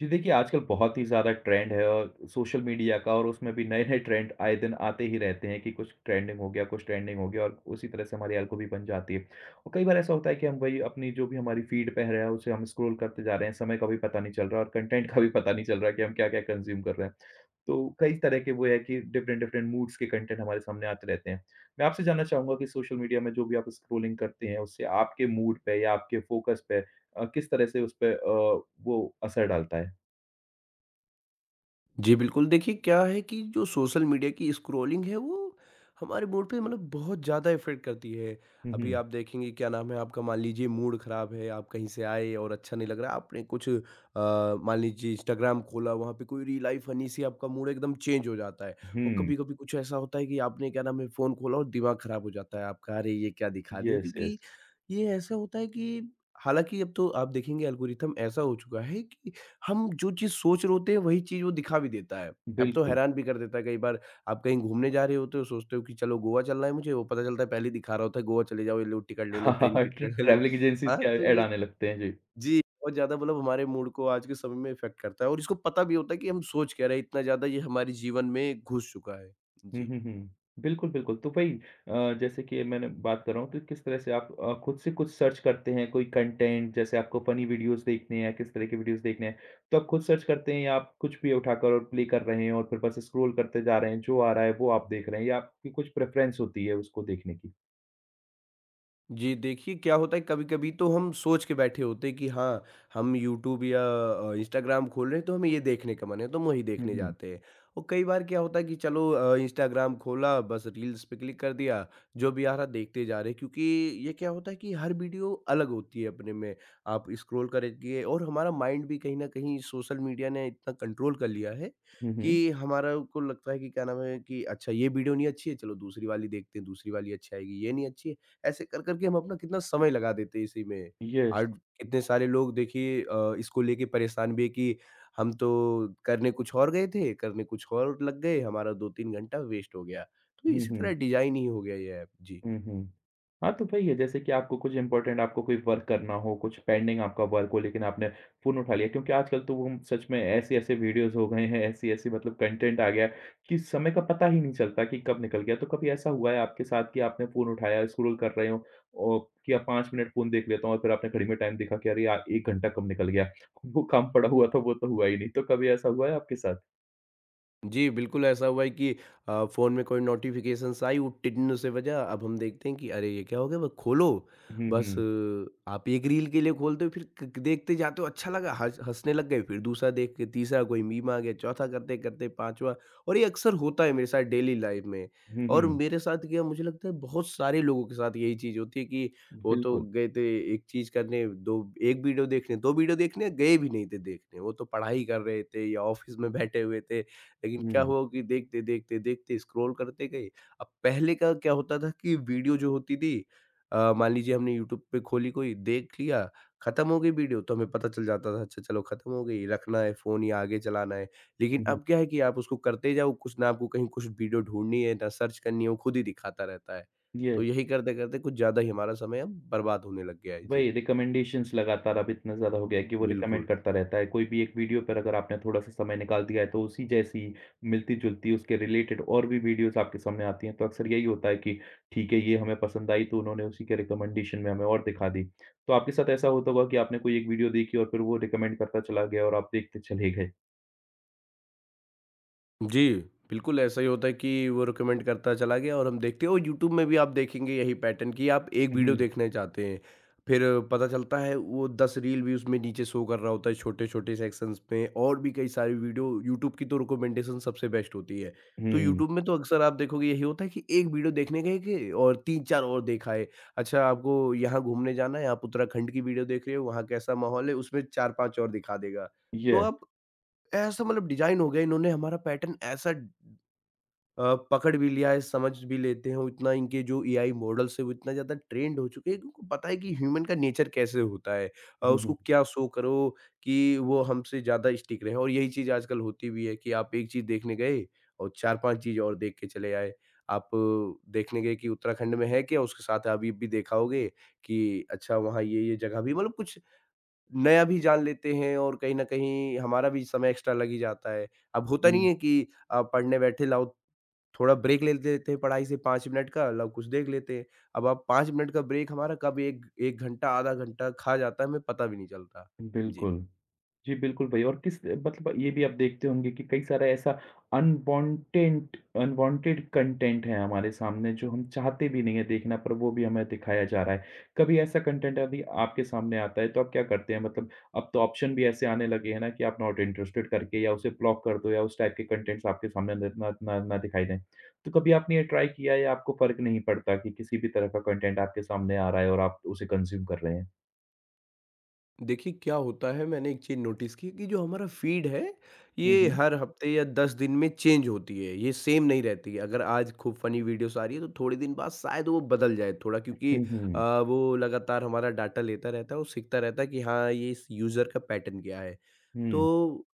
जी देखिए, आजकल बहुत ही ज़्यादा ट्रेंड है और सोशल मीडिया का और उसमें भी नए-नए ट्रेंड आए दिन आते ही रहते हैं कि कुछ ट्रेंडिंग हो गया, कुछ ट्रेंडिंग हो गया और उसी तरह से हमारी एल्गो भी बन जाती है। और कई बार ऐसा होता है कि हम वही अपनी जो भी हमारी फीड पे है उसे हम स्क्रॉल करते जा रहे हैं, समय का भी पता नहीं चल रहा और कंटेंट का भी पता नहीं चल रहा कि हम क्या-क्या कंज़्यूम कर रहे हैं। तो कई तरह के वो है कि डिफरेंट डिफरेंट मूड्स के कंटेंट हमारे सामने आते रहते हैं। मैं आपसे जानना चाहूँगा कि सोशल मीडिया में जो भी आप स्क्रॉलिंग करते हैं, उससे आपके मूड पे या आपके फोकस पे किस तरह से उस पे वो असर डालता है? जी, बिल्कुल। देखिए, क्या है कि जो सोशल मीडिया की स्क्रॉलिंग है, वो हमारे मूड पे मतलब बहुत ज़्यादा इफ़ेक्ट करती है। हुँ, अभी हुँ। आप देखेंगे, क्या नाम है, आपका मान लीजिए मूड ख़राब है, आप कहीं से आए और अच्छा नहीं लग रहा, आपने कुछ मान लीजिए इंस्टाग्राम खोला, वहाँ पे कोई रील आई फ़नी सी, आपका मूड एकदम चेंज हो जाता है। और हुँ, कभी-कभी कुछ ऐसा होता है कि आपने, क्या नाम है, फ़ोन खोला और दिमाग ख़राब हो जाता है आपका, "अरे! ये क्या दिखा दिया।" यस, क्योंकि यस, ये ऐसा होता है कि, हालाँकि अब तो आप देखेंगे एल्गोरिथम ऐसा हो चुका है कि हम जो चीज़ सोच रहे होते हैं वही चीज़ वो दिखा भी देता है। अब तो बिल्कुल। हैरान भी कर देता है कई बार, आप कहीं घूमने जा रहे होते हो तो सोचते हो कि चलो गोवा चलना है मुझे, वो पता चलता है पहले ही दिखा रहा होता है गोवा चले जाओ, ये लो टिकट ले लो, ट्रेन की टिकट ले लो। ट्रैवलिंग एजेंसीज़ हाँ, के तो ऐड ये आने लगते हैं, जी। जी, बहुत ज़्यादा मतलब हमारे मूड को आज के समय में इफ़ेक्ट करता है, और इसको पता भी होता है कि हम सोच क्या रहे हैं, इतना ज़्यादा ये हमारे जीवन में घुस चुका है। हुँ, जी। हुँ, हुँ। बिल्कुल, बिल्कुल, तो वही जैसे कि मैंने बात कर रहा हूँ, तो किस तरह से आप खुद से कुछ सर्च करते हैं, कोई कंटेंट जैसे आपको फनी वीडियोज़ देखने हैं, किस तरह के वीडियोज़ देखने हैं, तो आप खुद सर्च करते हैं या आप कुछ भी उठाकर और प्ले कर रहे हैं और फिर बस स्क्रॉल करते जा रहे हैं, जो आ रहा है वो आप देख रहे हैं या आपकी कुछ प्रेफ़रेंस होती है उसको देखने की? जी, देखिए क्या होता है, कभी-कभी तो हम सोच के बैठे होते हैं कि हाँ, हम यूट्यूब या इंस्टाग्राम खोल रहे हैं, तो हमें ये देखने का मन है तो हम वही हुँ, देखने हुँ। जाते हैं। और कई बार क्या होता है कि चलो इंस्टाग्राम खोला बस रील्स पे क्लिक कर दिया, जो भी आ रहा देखते जा रहे हैं, क्योंकि ये क्या होता है कि हर वीडियो अलग होती है अपने में। आप स्क्रॉल करेंगे, और हमारा माइंड भी कहीं न कहीं सोशल मीडिया ने इतना कंट्रोल कर लिया है हुँ, हुँ। कि हमारा को लगता है कि क्या नाम है कि अच्छा ये वीडियो नहीं अच्छी है, चलो दूसरी वाली देखते हैं, दूसरी वाली अच्छी आएगी, ये नहीं अच्छी है, ऐसे कर करके हम अपना कितना समय लगा देते हैं इसी में। यस। और कितने सारे लोग देखिए इसको लेके परेशान भी है कि हम तो करने कुछ और गए थे, करने कुछ और लग गए, हमारा 2-3 घंटा वेस्ट हो गया। तो हुँ, इसी तरह हुँ। डिज़ाइन ही हो गया ये ऐप। जी। हुँ, हुँ। हाँ, तो वही है जैसे कि आपको कुछ इम्पोर्टेंट आपको कोई वर्क करना हो, कुछ पेंडिंग आपका वर्क हो लेकिन आपने फ़ोन उठा लिया क्योंकि आजकल तो वो सच में ऐसे-ऐसे वीडियोज़ हो गए हैं, ऐसी-ऐसी मतलब कंटेंट आ गया है कि समय का पता ही नहीं चलता कि कब निकल गया। तो कभी ऐसा हुआ है आपके साथ कि आपने फ़ोन उठाया, स्क्रॉल कर रहे हो और कि अब 5 मिनट फ़ोन देख लेता हूँ और फिर आपने घड़ी में टाइम देखा कि अरे यार 1 घंटा कब निकल गया। वो काम पड़ा हुआ था वो तो हुआ ही नहीं। तो कभी ऐसा हुआ है आपके साथ? जी, बिल्कुल ऐसा हुआ है कि फ़ोन में कोई नोटिफ़िकेशंस आई, उट्टीडन से बजा, अब हम देखते हैं कि अरे! ये क्या हो गया? हुँ, बस हुँ। आप एक रील के लिए खोलते हो, फिर क क देखते जाते हो, अच्छा लगा, हँसने लग गए, फिर दूसरा देख के तीसरा कोई मीम आ गया, चौथा करते-करते पाँचवाँ। और ये अक्सर होता है मेरे साथ डेली लाइफ़ में। हुँ, और हुँ। मेरे साथ क्या, मुझे लगता है बहुत सारे लोगों के साथ यही चीज़ होती है कि वो तो बिल्कुल। गए थे एक चीज़ करने, दो एक वीडियो देखने, 2 वीडियो देखने गए भी नहीं थे देखने, वो तो पढ़ाई कर रहे थे या ऑफ़िस में बैठे हुए थे। लेकिन क्या हुँ। हुआ कि देखते, देखते, देखते स्क्रॉल करते गए। अब पहले का क्या होता था कि वीडियो जो होती थी, मान लीजिए हमने यूट्यूब पे खोली कोई, देख लिया, खत्म हो गई वीडियो, तो हमें पता चल जाता था अच्छा चलो खत्म हो गई, रखना है फ़ोन या आगे चलाना है। लेकिन हुँ, हुँ। अब क्या है कि आप उसको करते जाओ, कुछ ना आपको कहीं कुछ वीडियो ढूँढनी है, ना सर्च करनी है, वो खुद ही दिखाता रहता है। तो ये यही करते-करते कुछ ज़्यादा ही हमारा समय अब बर्बाद होने लग गया है। जी, वही रिकमेंडेशंस लगातार अब इतना ज़्यादा हो गया है कि वो रिकमेंड बिल्कुल। करता रहता है। कोई भी एक वीडियो पर अगर आपने थोड़ा-सा समय निकाल दिया है, तो उसी जैसी मिलती-जुलती उसके रिलेटेड और भी वीडियोज़ आपके सामने आती हैं। तो अक्सर यही होता है कि ठीक है, ये हमें पसंद आई तो उन्होंने उसी के रिकमेंडेशन में हमें और दिखा दी। तो आपके साथ ऐसा होता होगा कि आपने कोई एक वीडियो देखी और फिर वो रिकमेंड करता चला गया और आप देखते चले गए। जी, बिल्कुल ऐसा ही होता है कि वो रिकमेंड करता चला गया और हम देखते हैं, और यूट्यूब में भी आप देखेंगे यही पैटर्न कि आप एक हुँ, वीडियो हुँ। देखना चाहते हैं, फिर पता चलता है वो 10 रील भी उसमें नीचे शो कर रहा होता है छोटे-छोटे सेक्शंस में, और भी कई सारी वीडियो यूट्यूब की तो रिकमेंडेशन सबसे बेस्ट होती है। तो हुँ। यूट्यूब में तो अक्सर आप देखोगे यही होता है कि एक वीडियो देखने गए के और 3-4 और देखा है। अच्छा आपको यहाँ घूमने जाना है, आप उत्तराखंड की वीडियो देख रहे हो, वहाँ कैसा माहौल है, उसमें 4-5 और दिखा देगा। तो येस। आप ऐसा मतलब डिज़ाइन हो गया, इन्होंने हमारा पैटर्न ऐसा पकड़ भी लिया है, समझ भी लेते हैं, उतना इनके जो एआई मॉडल्स हैं वो इतना ज़्यादा ट्रेंड हो चुके हैं कि उनको पता है कि ह्यूमन का नेचर कैसे होता है। हुँ, उसको हुँ। क्या शो करो कि वो हमसे ज़्यादा स्टिक रहे, और यही चीज़ आजकल होती भी है कि आप एक चीज़ देखने गए और 4-5 चीज़ और देख के चले आए। आप देखने गए कि उत्तराखंड में है क्या, उसके साथ आप ये भी देखा होगे कि अच्छा वहाँ ये जगह भी मतलब कुछ नया भी जान लेते हैं, और कहीं न कहीं हमारा भी समय एक्स्ट्रा लग ही जाता है। अब होता नहीं है कि पढ़ने बैठे लाओ थोड़ा ब्रेक ले लेते हैं पढ़ाई से 5 मिनट का, लाओ कुछ देख लेते हैं। अब आप 5 मिनट का ब्रेक हमारा कब 1 घंटा, आधा घंटा खा जाता है, हमें पता भी नहीं चलता। हुँ, जी। बिल्कुल। जी, बिल्कुल भई और किस मतलब ये भी आप देखते होंगे कि कई सारा ऐसा अनवांटेड अनवांटेड कंटेंट है हमारे सामने जो हम चाहते भी नहीं है देखना पर वो भी हमें दिखाया जा रहा है। कभी ऐसा कंटेंट यदि आपके सामने आता है तो आप क्या करते हैं? मतलब अब तो ऑप्शन भी ऐसे आने लगे हैं ना कि आप नॉट इंटरेस्टेड करके या उसे ब्लॉक कर दो या उस टाइप के कंटेंट्स आपके सामने न ना ना ना दिखाई दें। तो कभी आपने ये ट्राई किया या आपको फ़र्क नहीं पड़ता कि किसी भी तरह का कंटेंट आपके सामने आ रहा है और आप उसे कंज़्यूम कर रहे हैं? देखिए क्या होता है, मैंने एक चीज़ नोटिस की कि जो हमारा फीड है हुँ, ये हुँ। हर हफ्ते या 10 दिन में चेंज होती है, ये सेम नहीं रहती है। अगर आज खूब फनी वीडियोस आ रही है तो थोड़े दिन बाद शायद वो बदल जाए थोड़ा, क्योंकि हुँ, अ, हुँ। वो लगातार हमारा डाटा लेता रहता है और सीखता रहता है कि हाँ, ये इस यूज़र का पैटर्न क्या है, हुँ। तो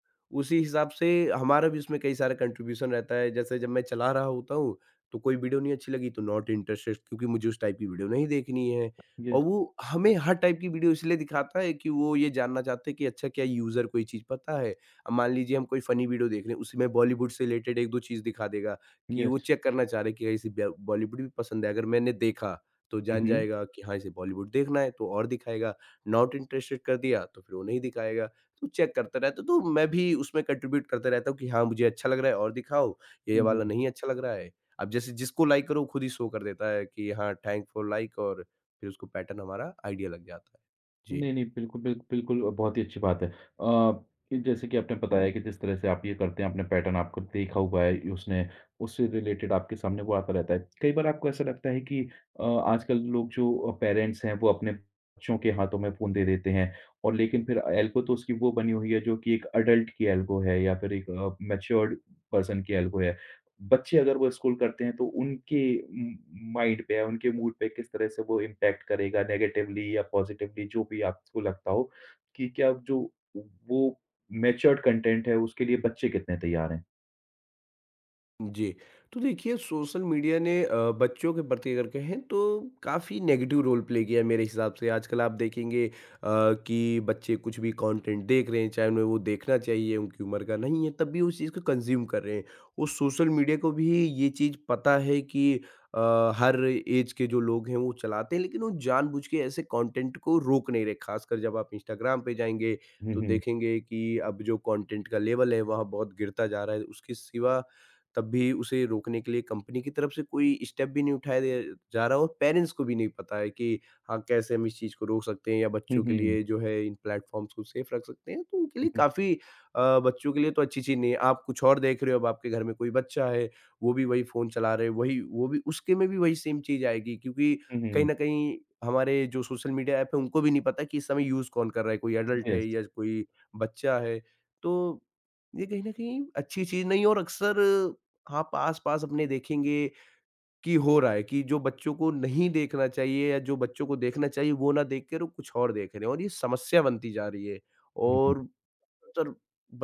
उसी हिसाब से हमारा भी उसमें कई सारा कंट्रीब्यूशन रहता है। जैसे जब मैं चला रहा होता हूँ, तो कोई वीडियो नहीं अच्छी लगी तो नॉट इंटरेस्टेड, क्योंकि मुझे उस टाइप की वीडियो नहीं देखनी है। और यस, वो हमें हर टाइप की वीडियो इसलिए दिखाता है कि वो ये जानना चाहते हैं कि अच्छा, क्या यूज़र को ये चीज़ पता है? अब मान लीजिए हम कोई फ़नी वीडियो देख रहे हैं, उसी में बॉलीवुड से रिलेटेड 1-2 चीज़ दिखा देगा, कि वो यस। चेक करना चाह रहे हैं कि क्या इसे ब बॉलीवुड भी पसंद है। अगर मैंने देखा तो हुँ, जान हुँ। जाएगा कि हाँ, इसे बॉलीवुड देखना है तो और दिखाएगा। नॉट इंटरेस्टेड कर दिया तो फिर वो नहीं दिखाएगा। तो चेक करता रहता हूँ, तो मैं भी उसमें कंट्रीब्यूट करता रहता हूँ कि हाँ, मुझे अच्छा लग रहा है और दिखाओ, ये जी। वाला नहीं अच्छा लग रहा है। अब जैसे जिसको लाइक करो, वो खुद ही शो कर देता है कि हाँ, थैंक्स फॉर लाइक, और फिर उसको पैटर्न हमारा आइडिया लग जाता है। जी। नहीं, नहीं, बिल्कुल, बिल्कुल बहुत ही अच्छी बात है। कि जैसे कि आपने बताया कि जिस तरह से आप ये करते हैं, आपने पैटर्न आपको देखा हुआ है, ये उसने उससे रिलेटेड आपके सामने वो आता रहता है। कई बार आपको ऐसा लगता है कि आजकल लोग जो पेरेंट्स हैं, वो अपने बच्चों के हाथों में फ़ोन दे देते हैं और लेकिन फिर एल्गो तो उसकी वो बनी हुई है, जो कि एक अडल्ट की एल्गो है या फिर एक मैच्योर्ड पर्सन की एल्गो है। बच्चे अगर वो स्क्रॉल करते हैं तो उनके म माइंड पे या उनके मूड पे किस तरह से वो इम्पैक्ट करेगा नेगेटिवली या पॉज़िटिवली जो भी आपको लगता हो, कि क्या जो वो मैच्योर्ड कंटेंट है उसके लिए बच्चे कितने तैयार हैं? जी। तो देखिए, सोशल मीडिया ने बच्चों के प्रति अगर कहें तो काफ़ी नेगेटिव रोल प्ले किया है मेरे हिसाब से। आजकल आप देखेंगे कि बच्चे कुछ भी कंटेंट देख रहे हैं, चाहे उन्हें वो देखना चाहिए, उनकी उम्र का नहीं है, तब भी उस चीज़ को कंज़्यूम कर रहे हैं। और सोशल मीडिया को भी ये चीज़ पता है कि हर ऐज के जो लोग हैं वो चलाते हैं, लेकिन वो जानबूझ के ऐसे कंटेंट को रोक नहीं रहे। ख़ासकर जब आप इंस्टाग्राम पे जाएँगे, हुँ, तो हुँ। देखेंगे कि अब जो कंटेंट का लेवल है वहाँ बहुत गिरता जा रहा है। उसके सिवा, तब भी उसे रोकने के लिए कंपनी की तरफ से कोई स्टेप भी नहीं उठाया दे जा रहा, और पेरेंट्स को भी नहीं पता है कि हाँ, कैसे हम इस चीज़ को रोक सकते हैं या हुँ, बच्चों के हुँ। लिए जो है इन प्लेटफ़ॉर्म्स को सेफ़ रख सकते हैं। तो उनके लिए हुँ, हुँ। काफ़ी बच्चों के लिए तो अच्छी चीज़ नहीं है। आप कुछ और देख रहे हो, अब आपके घर में कोई बच्चा है, वो भी वही फ़ोन चला रहे हैं, वही वो भी उसके में भी वही सेम चीज़ आएगी, क्योंकि हुँ, कहीं हुँ। न कहीं हमारे जो सोशल मीडिया ऐप है, उनको भी नहीं पता कि इस समय यूज़ कौन कर रहा है, कोई एडल्ट है येस। या कोई बच्चा है। तो ये कहीं न कहीं अच्छी चीज़ नहीं है, और अक्सर हाँ, पास-पास अपने देखेंगे कि हो रहा है कि जो बच्चों को नहीं देखना चाहिए या जो बच्चों को देखना चाहिए वो ना देख के वो कुछ और देख रहे हैं, और ये समस्या बनती जा रही है, हुँ, हुँ। और तर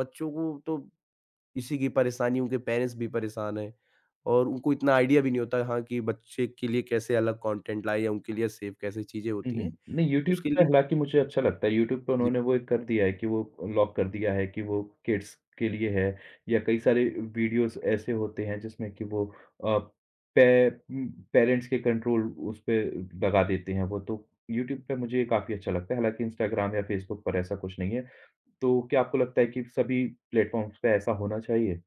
बच्चों को तो इसी की परेशानी, उनके पेरेंट्स भी परेशान हैं, और उनको इतना आइडिया भी नहीं होता हाँ, कि बच्चे के लिए कैसे अलग कंटेंट लाएँ या उनके लिए सेफ कैसे चीज़ें हुँ, होती हैं, हुँ। नहीं तो यूट्यूब उसके पे लिए हालाँकि मुझे अच्छा लगता है, यूट्यूब पे उन्होंने वो एक कर दिया है कि वो लॉक कर दिया है कि वो किड्स के लिए है या कई सारे वीडियोज़ ऐसे होते हैं जिसमें कि वो अ, पे उम, पेरेंट्स के कंट्रोल उस पे लगा देते हैं वो, तो यूट्यूब पे मुझे ये काफ़ी अच्छा लगता है, हालाँकि इंस्टाग्राम या फ़ेसबुक पर ऐसा कुछ नहीं है। तो क्या आपको लगता है कि सभी प्लेटफ़ॉर्म्स पे ऐसा होना चाहिए?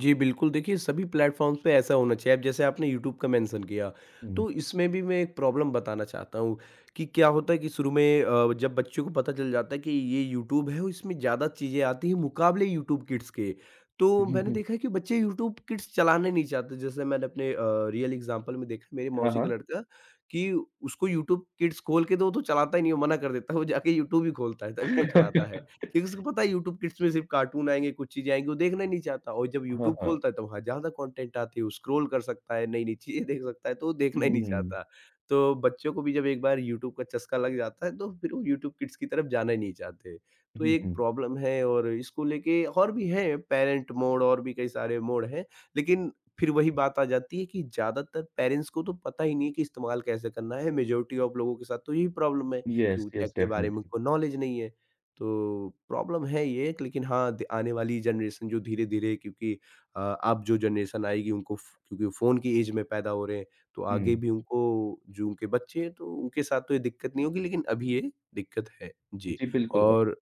जी, बिल्कुल, देखिए सभी प्लेटफ़ॉर्म्स पे ऐसा होना चाहिए। अब जैसे आपने यूट्यूब का मेंशन किया, हुँ। तो इसमें भी मैं एक प्रॉब्लम बताना चाहता हूँ कि क्या होता है कि शुरू में जब बच्चों को पता चल जाता है कि ये यूट्यूब है और इसमें ज़्यादा चीज़ें आती हैं मुकाबले यूट्यूब किड्स के, तो हुँ, मैंने हुँ। देखा है कि बच्चे यूट्यूब किड्स चलाना नहीं चाहते। जैसे मैंने अपने रियल एग्ज़ाम्पल में देखा, मेरी हाँ, मौसी का हाँ। लड़का कि उसको यूट्यूब किड्स खोल के दो, तो चलाता ही नहीं, वो मना कर देता है, वो जाके यूट्यूब ही खोलता है, तभी वो चलाता है। क्योंकि उसको पता है यूट्यूब किड्स में सिर्फ कार्टून आएँगे, कुछ चीज़ें आएँगी, वो देखना ही नहीं चाहता और जब हाँ, यूट्यूब हाँ। खोलता है तो वहाँ ज़्यादा कंटेंट आती है, वो स्क्रॉल कर सकता है, नई-नई चीज़ें देख सकता है, तो वो देखना ही नहीं हुँ। चाहता। तो बच्चों को भी जब एक बार यूट्यूब का चस्का लग जाता है, तो फिर वो यूट्यूब किड्स की तरफ जाना ही नहीं चाहते। तो ये हुँ, एक हुँ। प्रॉब्लम है और इसको लेके और भी हैं पेरेंट मोड और भी कई सारे मोड हैं, लेकिन फिर वही बात आ जाती है कि ज़्यादातर पेरेंट्स को तो पता ही नहीं है कि इस्तेमाल कैसे करना है, मेजॉरिटी ऑफ लोगों के साथ तो यही प्रॉब्लम है कि येस, वो टेक येस के बारे में डेफ़िनिटली। उनको नॉलेज नहीं है। तो प्रॉब्लम है ये एक, लेकिन हाँ, आने वाली जनरेशन जो धीरे धीरे, क्योंकि अब जो जनरेशन आएगी उनको क्योंकि फ़ोन की एज में पैदा हो रहे हैं, तो आगे हुँ। भी उनको, जो उनके बच्चे हैं तो उनके साथ तो ये दिक्कत नहीं होगी, लेकिन अभी ये दिक्कत है। जी। जी, बिल्कुल और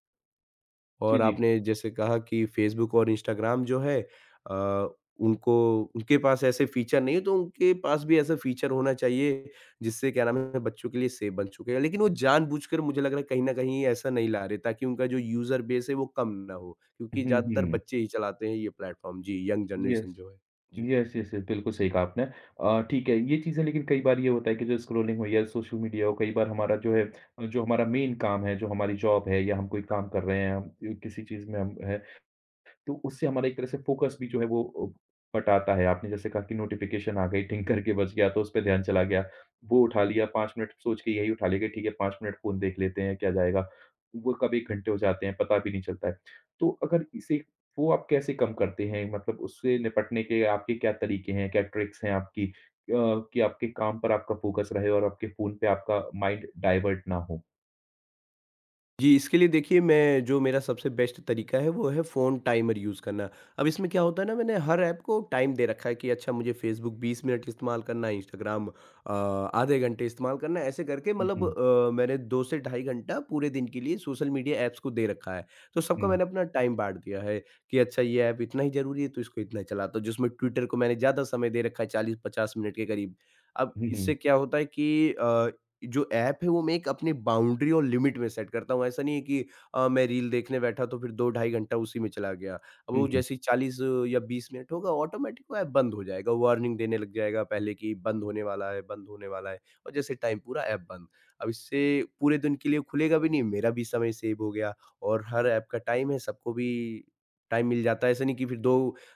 जी, और जी। आपने जैसे कहा कि फ़ेसबुक और इंस्टाग्राम जो है, अ, उनको, उनके पास ऐसे फ़ीचर नहीं है, तो उनके पास भी ऐसा फ़ीचर होना चाहिए, जिससे क्या नाम है बच्चों के लिए सेफ़ बन चुके हैं। लेकिन वो जानबूझकर, मुझे लग रहा है कहीं न कहीं, ऐसा नहीं ला रहे ताकि उनका जो यूज़र बेस है वो कम ना हो, क्योंकि हुँ, ज़्यादातर हुँ। बच्चे ही चलाते हैं ये प्लेटफ़ॉर्म। जी, यंग यस, जनरेशन जो है। जी। यस, यस, यस, बिल्कुल सही कहा आपने। ठीक है, ये चीज़ें लेकिन कई बार ये होता है कि जो स्क्रॉलिंग हो या सोशल मीडिया हो, कई बार हमारा जो है, जो हमारा मेन काम है, जो हमारी जॉब है या हम कोई काम कर रहे हैं, हम किसी चीज़ में हम हैं तो उससे हमारा एक तरह से फोकस भी जो है वो हटाता है। आपने जैसे कहा कि नोटिफ़िकेशन आ गई, टिंग करके बज गया तो उस पे ध्यान चला गया। वो उठा लिया 5 मिनट सोच के यही उठा लेंगे, ठीक है 5 मिनट फ़ोन देख लेते हैं, क्या जाएगा। वो कब 1 घंटे हो जाते हैं पता भी नहीं चलता है। तो अगर इसे वो आप कैसे कम करते हैं? मतलब उससे निपटने के आपके क्या तरीके हैं, क्या ट्रिक्स हैं आपकी अ, कि आपके काम पर आपका फोकस रहे और आपके फ़ोन पे आपका माइंड डाइवर्ट ना हो? जी, इसके लिए देखिए, मैं, जो मेरा सबसे बेस्ट तरीका है वो है फ़ोन टाइमर यूज़ करना। अब इसमें क्या होता है ना, मैंने हर ऐप को टाइम दे रखा है कि अच्छा मुझे फ़ेसबुक 20 मिनट इस्तेमाल करना है, इंस्टाग्राम आधे घंटे इस्तेमाल करना है, ऐसे करके, हुँ, मतलब हुँ। मैंने 2 से 2.5 घंटा पूरे दिन के लिए सोशल मीडिया ऐप्स को दे रखा है। तो सबका हुँ। मैंने अपना टाइम बाँट दिया है कि अच्छा ये ऐप इतना ही ज़रूरी है तो इसको इतना ही चलाता हूँ। जिसमें ट्विटर को मैंने ज़्यादा समय दे रखा है, 40-50 मिनट के करीब। अब हुँ, हुँ। इससे क्या होता है कि जो ऐप है वो मैं एक अपनी बाउंड्री और लिमिट में सेट करता हूँ। ऐसा नहीं है कि मैं रील देखने बैठा तो फिर 2 2.5 घंटा उसी में चला गया। अब हुँ, वो हुँ। जैसे ही 40 या 20 मिनट होगा, ऑटोमेटिक वो ऐप बंद हो जाएगा, वार्निंग देने लग जाएगा पहले कि बंद होने वाला है, बंद होने वाला है और जैसे टाइम पूरा, ऐप बंद। अब इससे पूरे दिन के लिए खुलेगा भी नहीं, मेरा भी समय सेव हो गया और हर ऐप का टाइम है, सबको भी टाइम मिल जाता है। ऐसा नहीं कि फिर 2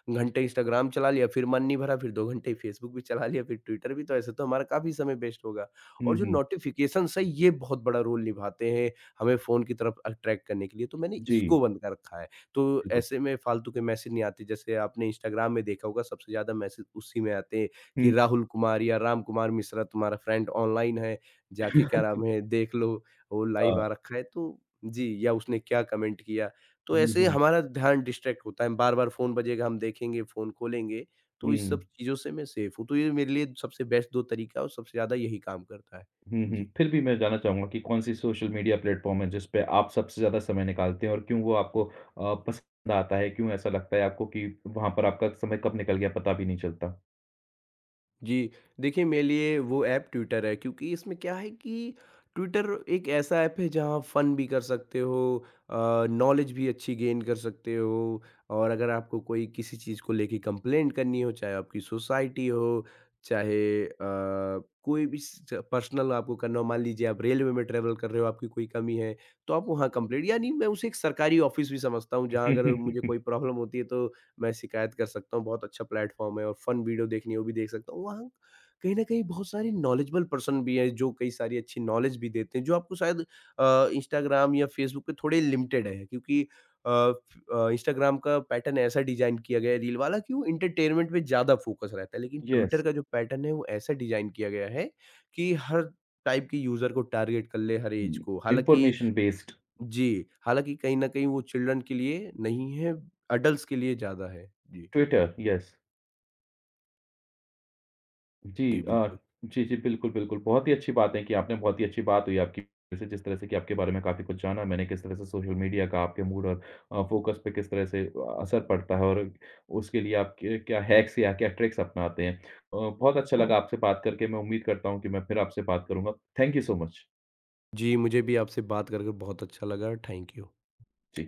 घंटे इंस्टाग्राम चला लिया, फिर मन नहीं भरा, फिर 2 घंटे फेसबुक भी चला लिया, फिर ट्विटर भी, तो ऐसे तो हमारा काफ़ी समय वेस्ट होगा। हुँ, और जो हुँ। नोटिफ़िकेशंस है ये बहुत बड़ा रोल निभाते हैं हमें फ़ोन की तरफ अट्रैक्ट करने के लिए, तो मैंने जी, इसको बंद कर रखा है। तो बिल्कुल। ऐसे में फ़ालतू के मैसेज नहीं आते, जैसे आपने इंस्टाग्राम में देखा होगा सबसे ज़्यादा मैसेज उसी में आते हैं कि हुँ। राहुल कुमार या राम कुमार मिश्रा तुम्हारा फ्रेंड ऑनलाइन है, जाके क्या नाम है देख लो, वो लाइव हाँ। आ रखा है तो, जी, या उसने क्या कमेंट किया। तो हुँ, ऐसे हुँ। हमारा ध्यान डिस्ट्रैक्ट होता है, बार-बार फ़ोन बजेगा, हम देखेंगे, फ़ोन खोलेंगे, तो इस हुँ। सब चीज़ों से मैं सेफ हूँ, तो ये मेरे लिए सबसे बेस्ट 2 तरीका है और सबसे ज़्यादा यही काम करता है। हुँ, हुँ। जी। फिर भी मैं जानना चाहूँगा कि कौन-सी सोशल मीडिया प्लेटफ़ॉर्म है जिस पे आप सबसे ज़्यादा समय निकालते हैं और क्यों वो आपको पसंद आता है? क्यों ऐसा लगता है आपको कि वहाँ पर आपका समय कब निकल गया पता भी नहीं चलता? जी, देखिए मेरे लिए वो ऐप ट्विटर है, क्योंकि इसमें क्या है कि ट्विटर एक ऐसा ऐप है जहाँ फन भी कर सकते हो, अ, नॉलेज भी अच्छी गेन कर सकते हो, और अगर आपको कोई किसी चीज़ को लेके कंप्लेंट करनी हो, चाहे आपकी सोसाइटी हो, चाहे कोई भी स पर्सनल आपको करना हो, मान लीजिए आप रेलवे में ट्रैवल कर रहे हो, आपकी कोई कमी है, तो आप वहाँ कंप्लेंट, यानी मैं उसे एक सरकारी ऑफ़िस भी समझता हूँ, जहाँ अगर मुझे कोई प्रॉब्लम होती है तो मैं शिकायत कर सकता हूँ, बहुत अच्छा प्लेटफ़ॉर्म है और फन वीडियो देखनी है वो भी देख सकता हूँ। वहाँ कहीं न कहीं बहुत सारी नॉलेजेबल पर्सन भी हैं जो कई सारी अच्छी नॉलेज भी देते हैं, जो आपको शायद इंस्टाग्राम या फ़ेसबुक पे थोड़े लिमिटेड है, क्योंकि इंस्टाग्राम का पैटर्न ऐसा डिज़ाइन किया गया है रील वाला कि वो एंटरटेनमेंट पे ज़्यादा फ़ोकस रहता है। लेकिन ट्विटर येस। का जो पैटर्न है वो ऐसा डिज़ाइन किया गया है कि हर टाइप के यूज़र को टारगेट कर ले, हर ऐज हुँ। को। हालाँकि, इन्फॉर्मेशन बेस्ड, जी, हालाँकि कहीं न कहीं वो चिल्ड्रन के लिए नहीं है, एडल्ट्स के लिए ज़्यादा है। जी। Twitter, yes. जी जी, बिल्कुल। अ, जी, जी, बिल्कुल, बिल्कुल। बहुत ही अच्छी बात है कि आपने बहुत ही अच्छी बात हुई आपकी जैसे जिस तरह से कि आपके बारे में काफ़ी कुछ जाना मैंने, किस तरह से सोशल मीडिया का आपके मूड और फ़ोकस पे किस तरह से असर पड़ता है और उसके लिए आप क क्या हैक्स या क्या ट्रिक्स अपनाते हैं। बहुत अच्छा हुँ। लगा आपसे बात करके, मैं उम्मीद करता हूँ कि मैं फिर आपसे बात करूँगा। Thank you so much. जी, मुझे भी आपसे बात कर कर बहुत अच्छा लगा, थैंक यू। जी।